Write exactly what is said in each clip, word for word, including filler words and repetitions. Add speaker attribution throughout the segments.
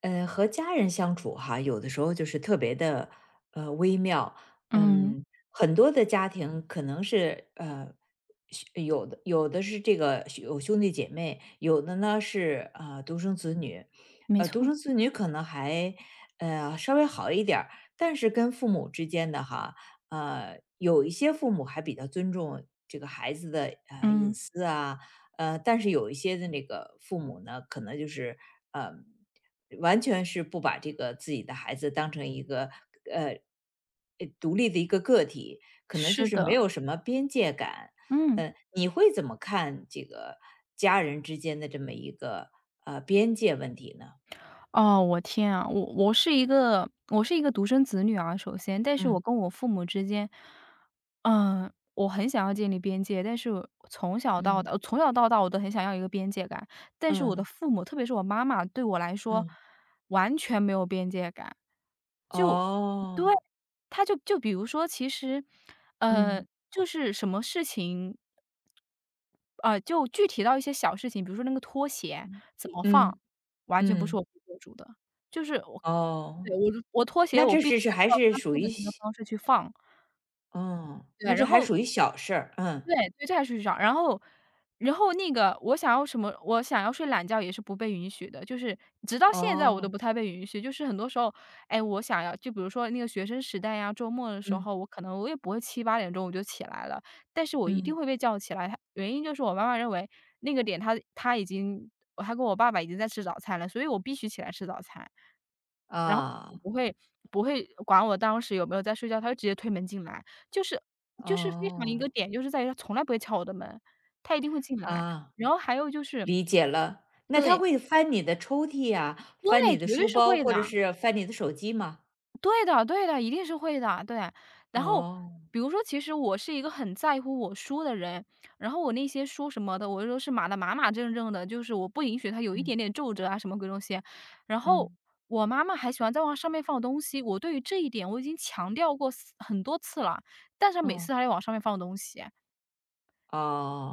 Speaker 1: 呃，和家人相处哈，有的时候就是特别的呃微妙。
Speaker 2: 嗯，
Speaker 1: 嗯，很多的家庭可能是呃，有的有的是这个有兄弟姐妹，有的呢是呃独生子女，
Speaker 2: 没
Speaker 1: 呃独
Speaker 2: 错，
Speaker 1: 生子女可能还呃稍微好一点儿，但是跟父母之间的哈，呃有一些父母还比较尊重这个孩子的呃隐
Speaker 2: 嗯，
Speaker 1: 私啊。呃，但是有一些的那个父母呢，可能就是呃完全是不把这个自己的孩子当成一个呃呃独立的一个个体，可能就
Speaker 2: 是
Speaker 1: 是没
Speaker 2: 的，
Speaker 1: 有什么边界感。
Speaker 2: 嗯，
Speaker 1: 呃，你会怎么看这个家人之间的这么一个呃边界问题呢？
Speaker 2: 哦，我天啊，我我是一个我是一个独生子女啊，首先，但是我
Speaker 1: 嗯
Speaker 2: 跟我父母之间，嗯，我很想要建立边界，但是我从小到
Speaker 1: 嗯
Speaker 2: 大从小到大我都很想要一个边界感，但是我的
Speaker 1: 嗯
Speaker 2: 父母，特别是我妈妈，对我来说
Speaker 1: 嗯，
Speaker 2: 完全没有边界感。就对，
Speaker 1: 哦，
Speaker 2: 他就就比如说，其实，呃，
Speaker 1: 嗯
Speaker 2: 就是什么事情啊，就具体到一些小事情，比如说那个拖鞋怎么放，
Speaker 1: 嗯
Speaker 2: 完全不是
Speaker 1: 嗯，
Speaker 2: 我可以做主的。就是我对，
Speaker 1: 哦，
Speaker 2: 我我拖鞋
Speaker 1: 那
Speaker 2: 我
Speaker 1: 这
Speaker 2: 必须
Speaker 1: 是是
Speaker 2: 按
Speaker 1: 还
Speaker 2: 照
Speaker 1: 是
Speaker 2: 他
Speaker 1: 属
Speaker 2: 说的
Speaker 1: 于
Speaker 2: 那个方式去放，
Speaker 1: 嗯，哦
Speaker 2: 对，
Speaker 1: 那这
Speaker 2: 然
Speaker 1: 还
Speaker 2: 后
Speaker 1: 属于小事儿，嗯，
Speaker 2: 对，对，这还是少。然后然后那个我想要什么我想要睡懒觉也是不被允许的，就是直到现在我都
Speaker 1: 哦，
Speaker 2: 不太被允许。就是很多时候，哎，我想要就比如说那个学生时代呀，周末的时
Speaker 1: 嗯
Speaker 2: 候，我可能我也不会七八点钟我就起来了，但是我一定
Speaker 1: 嗯，
Speaker 2: 会被叫起来。她原因就是我妈妈认为那个点她她已经她跟我爸爸已经在吃早餐了，所以我必须起来吃早餐。然后
Speaker 1: 啊，
Speaker 2: 也不会不会管我当时有没有在睡觉，他就直接推门进来。就是就是非常一个
Speaker 1: 哦。
Speaker 2: 点，就是在于他从来不会敲我的门，他一定会进来。
Speaker 1: 啊，
Speaker 2: 然后还有就是
Speaker 1: 理解了。那他
Speaker 2: 对，
Speaker 1: 会翻你的抽屉呀，翻
Speaker 2: 对，
Speaker 1: 你的
Speaker 2: 绝对
Speaker 1: 书
Speaker 2: 是
Speaker 1: 包，
Speaker 2: 会
Speaker 1: 或者
Speaker 2: 的。
Speaker 1: 是翻你的手机吗？
Speaker 2: 对的对的，一定是会的，对。然后
Speaker 1: 哦，
Speaker 2: 比如说，其实我是一个很在乎我书的人，然后我那些书什么的，我都是码的码码正正的，就是我不允许它有一
Speaker 1: 嗯
Speaker 2: 点点皱褶啊，什么鬼东西。然后
Speaker 1: 嗯，
Speaker 2: 我妈妈还喜欢在往上面放东西，我对于这一点我已经强调过四很多次了，但是她每
Speaker 1: 哦
Speaker 2: 次她要往上面放东西。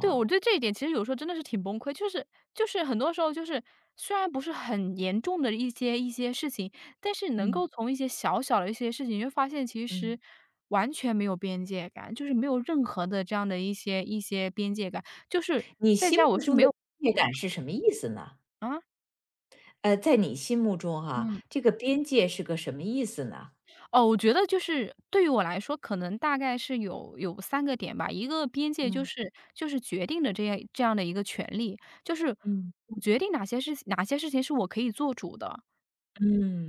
Speaker 2: 对，我觉得这一点其实有时候真的是挺崩溃，就是就是很多时候就是虽然不是很严重的一些一些事情，但是能够
Speaker 1: 嗯
Speaker 2: 从一些小小的一些事情，就发现其实
Speaker 1: 嗯。
Speaker 2: 完全没有边界感，就是没有任何的这样的一些一些边界感，就是
Speaker 1: 你
Speaker 2: 在
Speaker 1: 心
Speaker 2: 家我
Speaker 1: 目
Speaker 2: 是
Speaker 1: 中
Speaker 2: 没有
Speaker 1: 的边 界
Speaker 2: 的
Speaker 1: 感是什么意思呢？
Speaker 2: 啊。
Speaker 1: 呃，在你心目中哈，
Speaker 2: 嗯。
Speaker 1: 这个边界是个什么意思呢？
Speaker 2: 哦，我觉得就是对于我来说，可能大概是有有三个点吧。一个边界就
Speaker 1: 嗯
Speaker 2: 是就是决定的这样这样的一个权利，就是
Speaker 1: 嗯
Speaker 2: 我决定哪些事哪些事情是我可以做主的，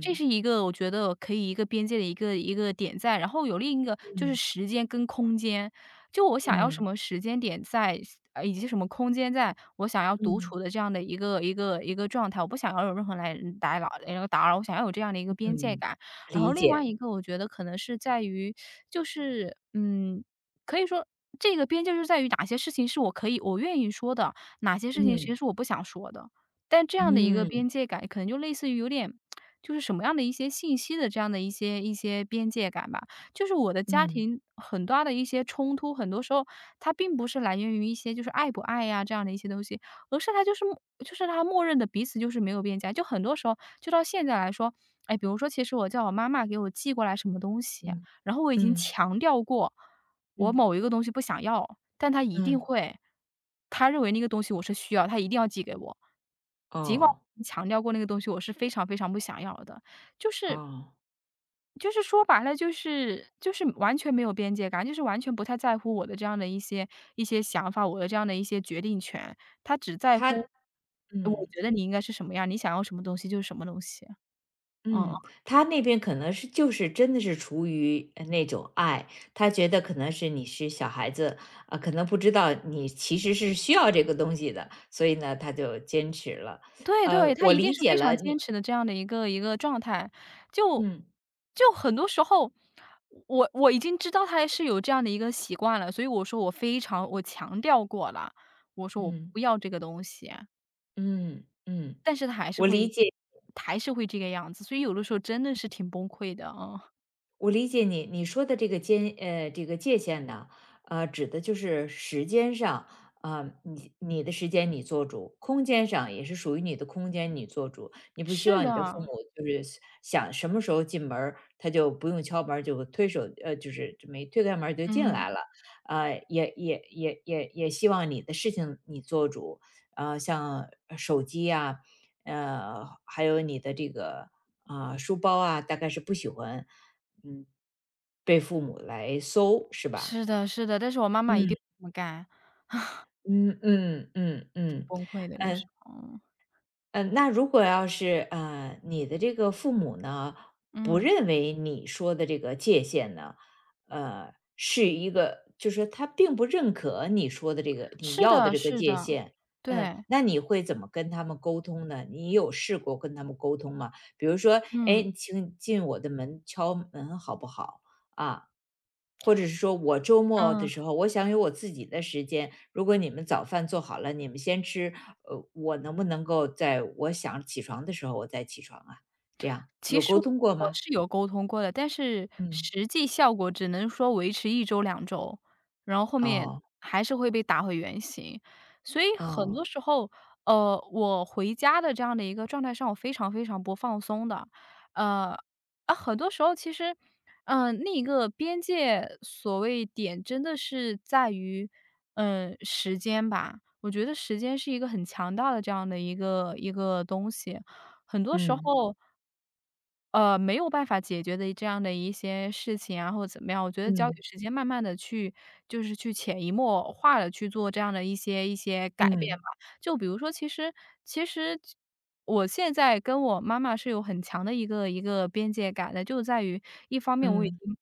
Speaker 2: 这是一个我觉得可以一个边界的一个一个点在，然后有另一个就是
Speaker 1: 嗯
Speaker 2: 时间跟空间，就我想要什
Speaker 1: 嗯
Speaker 2: 么时间点在，呃，以及什么空间在，我想要独
Speaker 1: 嗯
Speaker 2: 处的这样的一个一个一个状态，我不想要有任何来嗯打扰那个打扰，我想要有这样的一个边界
Speaker 1: 嗯，
Speaker 2: 感。然后
Speaker 1: 理
Speaker 2: 另外
Speaker 1: 解。
Speaker 2: 一个我觉得可能是在于，就是嗯，可以说这个边界就是在于哪些事情是我可以我愿意说的，哪些事情其
Speaker 1: 嗯
Speaker 2: 实是我不想说的。但这样的一个边
Speaker 1: 嗯
Speaker 2: 界感，可能就类似于有点就是什么样的一些信息的这样的一些一些边界感吧。就是我的家
Speaker 1: 嗯
Speaker 2: 庭很大的一些冲突，很多时候它并不是来源于一些就是爱不爱呀、这样的一些东西，而是它就是默就是它默认的彼此就是没有边界。就很多时候，就到现在来说，哎，比如说，其实我叫我妈妈给我寄过来什么东西，
Speaker 1: 嗯
Speaker 2: 然后我已经
Speaker 1: 嗯
Speaker 2: 强调过，我
Speaker 1: 嗯
Speaker 2: 某一个东西不想要，但他一定
Speaker 1: 嗯，
Speaker 2: 会他认为那个东西我是需要，他一定要寄给我。尽管
Speaker 1: 哦
Speaker 2: 我强调过那个东西我是非常非常不想要的，
Speaker 1: 哦。
Speaker 2: 就是说白了就是就是完全没有边界感，就是完全不太在乎我的这样的一些一些想法，我的这样的一些决定权，他只在
Speaker 1: 他
Speaker 2: 乎我
Speaker 1: 嗯
Speaker 2: 觉得你应该是什么样，你想要什么东西就是什么东西，嗯
Speaker 1: 嗯，
Speaker 2: 嗯。
Speaker 1: 他那边可能是就是真的是出于呃那种爱，他觉得可能是你是小孩子，啊，可能不知道你其实是需要这个东西的，所以呢，他就坚持了。
Speaker 2: 对对，
Speaker 1: 呃，
Speaker 2: 他
Speaker 1: 我
Speaker 2: 一定
Speaker 1: 理
Speaker 2: 是
Speaker 1: 解
Speaker 2: 非常
Speaker 1: 了你。
Speaker 2: 坚持的这样的一个一个状态。就
Speaker 1: 嗯
Speaker 2: 就很多时候，我我已经知道他是有这样的一个习惯了，所以我说我非常我强调过了，我说我
Speaker 1: 嗯
Speaker 2: 不要这个东西，
Speaker 1: 嗯嗯，
Speaker 2: 但是他还是
Speaker 1: 我理
Speaker 2: 会
Speaker 1: 解
Speaker 2: 还是会这个样子，所以有的时候真的是挺崩溃的啊。
Speaker 1: 我理解你你说的这个间呃，这个界限呢，呃，指的就是时间上。啊，你你的时间你做主，空间上也是属于你的空间你做主，你不希
Speaker 2: 是
Speaker 1: 望你的父母
Speaker 2: 的，
Speaker 1: 就是想什么时候进门儿，他就不用敲门儿就推手呃，就是这么推开门儿就进
Speaker 2: 嗯，
Speaker 1: 来了。啊，也也也也也希望你的事情你做主，啊，像手机啊，呃，还有你的这个，啊，书包啊，大概是不喜欢。嗯，被父母来搜，是吧？
Speaker 2: 是的是的，但是我妈妈一定
Speaker 1: 嗯
Speaker 2: 不这么干，
Speaker 1: 嗯嗯嗯
Speaker 2: 挺
Speaker 1: 嗯。
Speaker 2: 崩溃的有时
Speaker 1: 嗯
Speaker 2: 候。
Speaker 1: 嗯，那如果要是呃，你的这个父母呢，不
Speaker 2: 嗯，
Speaker 1: 认为你说的这个界限呢，呃，是一个，就是他并不认可你说的这个你
Speaker 2: 是
Speaker 1: 要的
Speaker 2: 的
Speaker 1: 这个
Speaker 2: 是
Speaker 1: 界
Speaker 2: 的，
Speaker 1: 限，嗯，
Speaker 2: 对，
Speaker 1: 那你会怎么跟他们沟通呢？你有试过跟他们沟通吗？比如说，哎，
Speaker 2: 嗯，
Speaker 1: 你请你进我的门敲门好不好啊？或者是说我周末的
Speaker 2: 嗯。
Speaker 1: 时候，我想有我自己的时间。如果你们早饭做好了，你们先吃，呃，我能不能够在我想起床的时候我再起床啊？这样
Speaker 2: 其
Speaker 1: 有
Speaker 2: 实
Speaker 1: 沟通过
Speaker 2: 我
Speaker 1: 吗？
Speaker 2: 是有沟通过的，但是
Speaker 1: 嗯，
Speaker 2: 实际效果只能说维持一周、两周，然后后面
Speaker 1: 哦，
Speaker 2: 还是会被打回原形。所以很
Speaker 1: 哦，
Speaker 2: 多时候，呃，我回家的这样的一个状态上，我非常非常不放松的。呃，啊，很多时候其实，嗯，那个边界所谓点真的是在于，嗯，时间吧。我觉得时间是一个很强大的这样的一个一个东西，很多时候
Speaker 1: 嗯
Speaker 2: 呃，没有办法解决的这样的一些事情啊，或者怎么样，我觉得交给
Speaker 1: 嗯
Speaker 2: 时间慢慢的去就是去潜移默化的去做这样的一些一些改变吧。
Speaker 1: 嗯
Speaker 2: 就比如说其实其实我现在跟我妈妈是有很强的一个一个边界感的，就在于一方面我已
Speaker 1: 嗯
Speaker 2: 经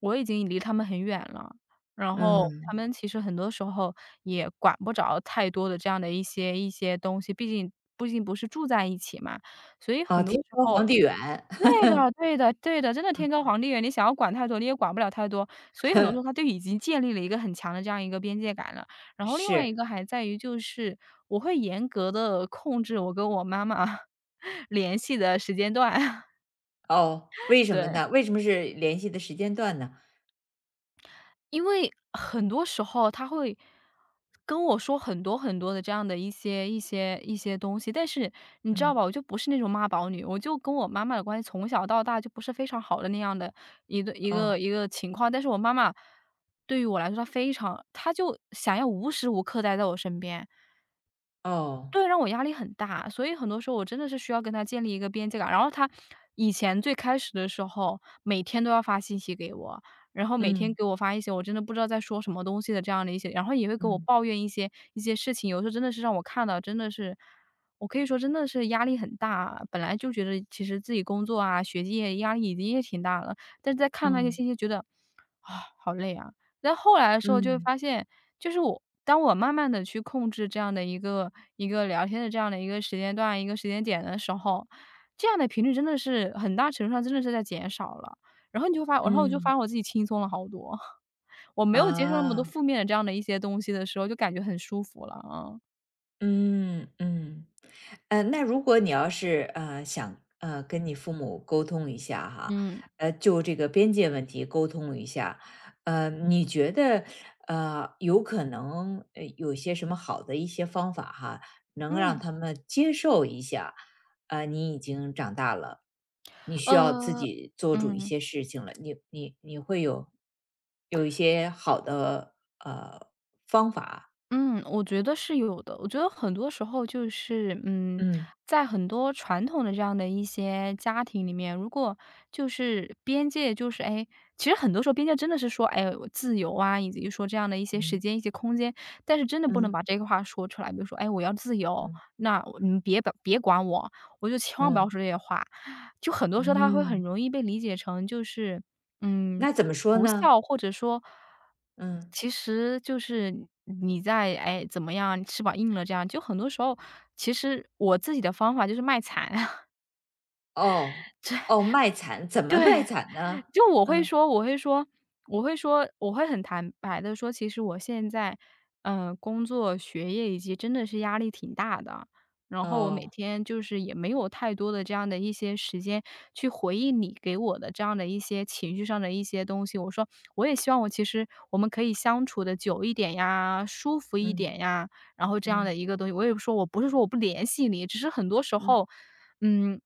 Speaker 2: 我已经离他们很远了，然后他
Speaker 1: 嗯，
Speaker 2: 们其实很多时候也管不着太多的这样的一些一些东西，毕竟毕竟不是住在一起嘛。所以
Speaker 1: 哦，
Speaker 2: 很多
Speaker 1: 天
Speaker 2: 时
Speaker 1: 高
Speaker 2: 候
Speaker 1: 皇帝远，
Speaker 2: 对 的对的对的，真的天高皇帝远，你想要管太多，你也管不了太多。所以很多时候他就已经建立了一个很强的这样一个边界感了。然后另外一
Speaker 1: 是
Speaker 2: 个还在于就是，我会严格的控制我跟我妈妈 联系的时间段，
Speaker 1: 哦，为什么
Speaker 2: 对。
Speaker 1: 呢？为什么是联系的时间段呢？
Speaker 2: 因为很多时候他会跟我说很多很多的这样的一些一些一些东西，但是你知道吧，
Speaker 1: 嗯，
Speaker 2: 我就不是那种妈宝女，我就跟我妈妈的关系从小到大就不是非常好的那样的一个一个
Speaker 1: 哦
Speaker 2: 一个情况。但是我妈妈对于我来说，她非常，她就想要无时无刻待在我身边，
Speaker 1: 哦，
Speaker 2: 对，让我压力很大，所以很多时候我真的是需要跟他建立一个边界感。然后他以前最开始的时候，每天都要发信息给我，然后每天
Speaker 1: 嗯
Speaker 2: 给我发一些我真的不知道在说什么东西的这样的一些，然后也会给我
Speaker 1: 嗯
Speaker 2: 抱怨一些一些事情，有时候真的是让我看到，真的是我可以说真的是压力很大。本来就觉得其实自己工作啊、学业压力已经也挺大了，但是在看那些
Speaker 1: 嗯
Speaker 2: 信息，觉得啊、好累啊，在后来的时候就会
Speaker 1: 嗯
Speaker 2: 发现，就是我当我慢慢的去控制这样的一个一个聊天的这样的一个时间段、一个时间点的时候，这样的频率真的是很大程度上真的是在减少了。然后你就发然后我就发
Speaker 1: 嗯
Speaker 2: 现我自己轻松了好多，我没有接受那么多
Speaker 1: 啊。
Speaker 2: 负面的这样的一些东西的时候，就感觉很舒服了啊。
Speaker 1: 嗯嗯，呃，那如果你要是呃想呃跟你父母沟通一下哈，
Speaker 2: 嗯
Speaker 1: 呃，就这个边界问题沟通一下，呃，你觉得呃有可能呃有些什么好的一些方法哈，能让
Speaker 2: 嗯。
Speaker 1: 他们接受一下，呃，你已经长大了，你需要自
Speaker 2: 嗯，呃，
Speaker 1: 己做主一
Speaker 2: 嗯。
Speaker 1: 些事情了，你你你会有有一些好的呃方法。
Speaker 2: 嗯，我觉得是有的。我觉得很多时候就是，嗯，
Speaker 1: 嗯
Speaker 2: 在很多传统的这样的一些家庭里面，如果就是边界就是哎，其实很多时候边界真的是说，哎，自由啊，以及说这样的一些时
Speaker 1: 嗯
Speaker 2: 间、一些空间，但是真的不能
Speaker 1: 嗯。
Speaker 2: 把这个话说出来。比如说，哎，我要自由，
Speaker 1: 嗯
Speaker 2: 那我你们别把别管我，我就千万不要
Speaker 1: 嗯，
Speaker 2: 说这些话。就很多时候，他会很
Speaker 1: 嗯，
Speaker 2: 容易被理解成就是，嗯。
Speaker 1: 那怎么说
Speaker 2: 不
Speaker 1: 呢？
Speaker 2: 孝，或者说，
Speaker 1: 嗯，
Speaker 2: 其实就是你在哎怎么样，翅膀硬了这样，就很多时候，其实我自己的方法就是卖惨，
Speaker 1: 哦，哦，卖惨，怎么卖惨呢？
Speaker 2: 就我会
Speaker 1: 嗯，
Speaker 2: 说我会说我会说我会很坦白的说，其实我现在，嗯，工作、学业以及真的是压力挺大的。然后我每
Speaker 1: 哦，
Speaker 2: 天就是也没有太多的这样的一些时间去回忆你给我的这样的一些情绪上的一些东西。我说我也希望我其实我们可以相处的久一点呀，舒服一
Speaker 1: 嗯，
Speaker 2: 点呀，然后这样的
Speaker 1: 嗯，
Speaker 2: 一个东西。我也不说我不是说我不联系你，只是很多时
Speaker 1: 嗯，
Speaker 2: 候嗯，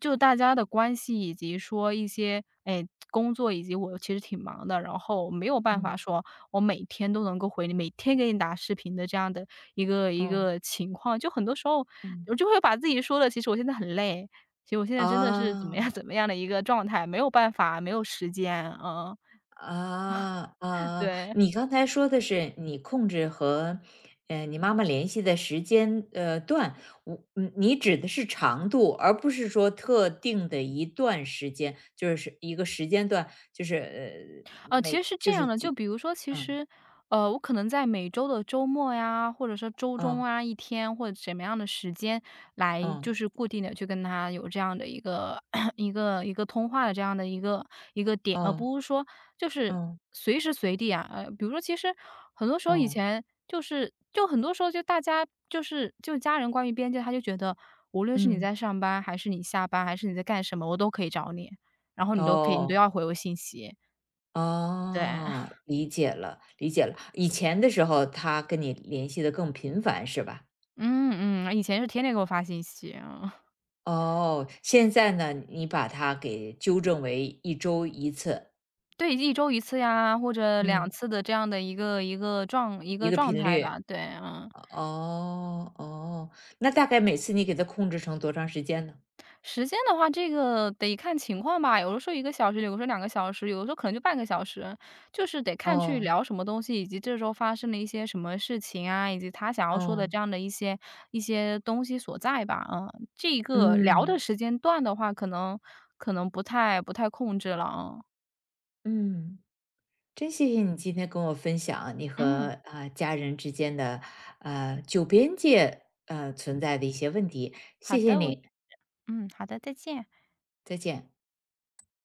Speaker 2: 就大家的关系以及说一些，哎，工作以及我其实挺忙的，然后没有办法
Speaker 1: 嗯，
Speaker 2: 说我每天都能够回你，每天给你打视频的这样的一个一
Speaker 1: 哦，
Speaker 2: 个情况。就很多时候
Speaker 1: 嗯，
Speaker 2: 我就会把自己说的，其实我现在很累，其实我现在真的是怎么样
Speaker 1: 啊
Speaker 2: 怎么样的一个状态，没有办法，没有时间，嗯，
Speaker 1: 啊啊！
Speaker 2: 对。
Speaker 1: 你刚才说的是你控制和呃你妈妈联系的时间呃段，我嗯，你指的是长度，而不是说特定的一段时间，就是一个时间段，就是呃
Speaker 2: 呃，其实
Speaker 1: 每
Speaker 2: 是这
Speaker 1: 就
Speaker 2: 样
Speaker 1: 是
Speaker 2: 的，就
Speaker 1: 几，
Speaker 2: 比如说，其
Speaker 1: 嗯。
Speaker 2: 实，呃，我可能在每周的周末呀，或者说周中
Speaker 1: 哦，
Speaker 2: 啊，一天或者什么样的时间来，就
Speaker 1: 嗯，
Speaker 2: 是固定的去跟他有这样的一个 一个一个通话的这样的一个一个点，而
Speaker 1: 哦，
Speaker 2: 不是说就是
Speaker 1: 嗯，
Speaker 2: 随时随地啊，呃，比如说，其实很多时候以
Speaker 1: 哦，
Speaker 2: 前就是，就很多时候就大家就是就家人关于边界，他就觉得无论是你
Speaker 1: 嗯，
Speaker 2: 在上班，还是你下班，还是你在干什么，我都可以找你，然后你都可以，你都
Speaker 1: 哦，
Speaker 2: 要回我信息，对。
Speaker 1: 哦，理解了，理解了。以前的时候，他跟你联系的更频繁，是吧？
Speaker 2: 嗯嗯，以前是天天给我发信息啊。
Speaker 1: 哦，现在呢，你把它给纠正为一周一次，
Speaker 2: 对一周一次呀，或者两
Speaker 1: 嗯，
Speaker 2: 次的这样的一个一个状一
Speaker 1: 一
Speaker 2: 个
Speaker 1: 个
Speaker 2: 状
Speaker 1: 频
Speaker 2: 态
Speaker 1: 率。
Speaker 2: 吧，对，嗯。
Speaker 1: 哦，哦，那大概每次你给它控制成多长时间呢？
Speaker 2: 时间的话，这个得看情况吧，有的时候一个小时，有的时候两个小时，有的时候可能就半个小时，就是得看去
Speaker 1: 哦，
Speaker 2: 聊什么东西，以及这周发生了一些什么事情啊，以及他想要说的
Speaker 1: 哦，
Speaker 2: 这样的一些一些东西所在吧，嗯。这个聊的
Speaker 1: 嗯，
Speaker 2: 时间段的话，可能可能不太不太控制了，嗯。
Speaker 1: 嗯。真谢谢你今天跟我分享啊你
Speaker 2: 嗯，
Speaker 1: 和啊、家人之间的呃九边界呃存在的一些问题，
Speaker 2: 好
Speaker 1: 谢谢
Speaker 2: 的，我
Speaker 1: 你，
Speaker 2: 嗯，好的，再见。
Speaker 1: 再见。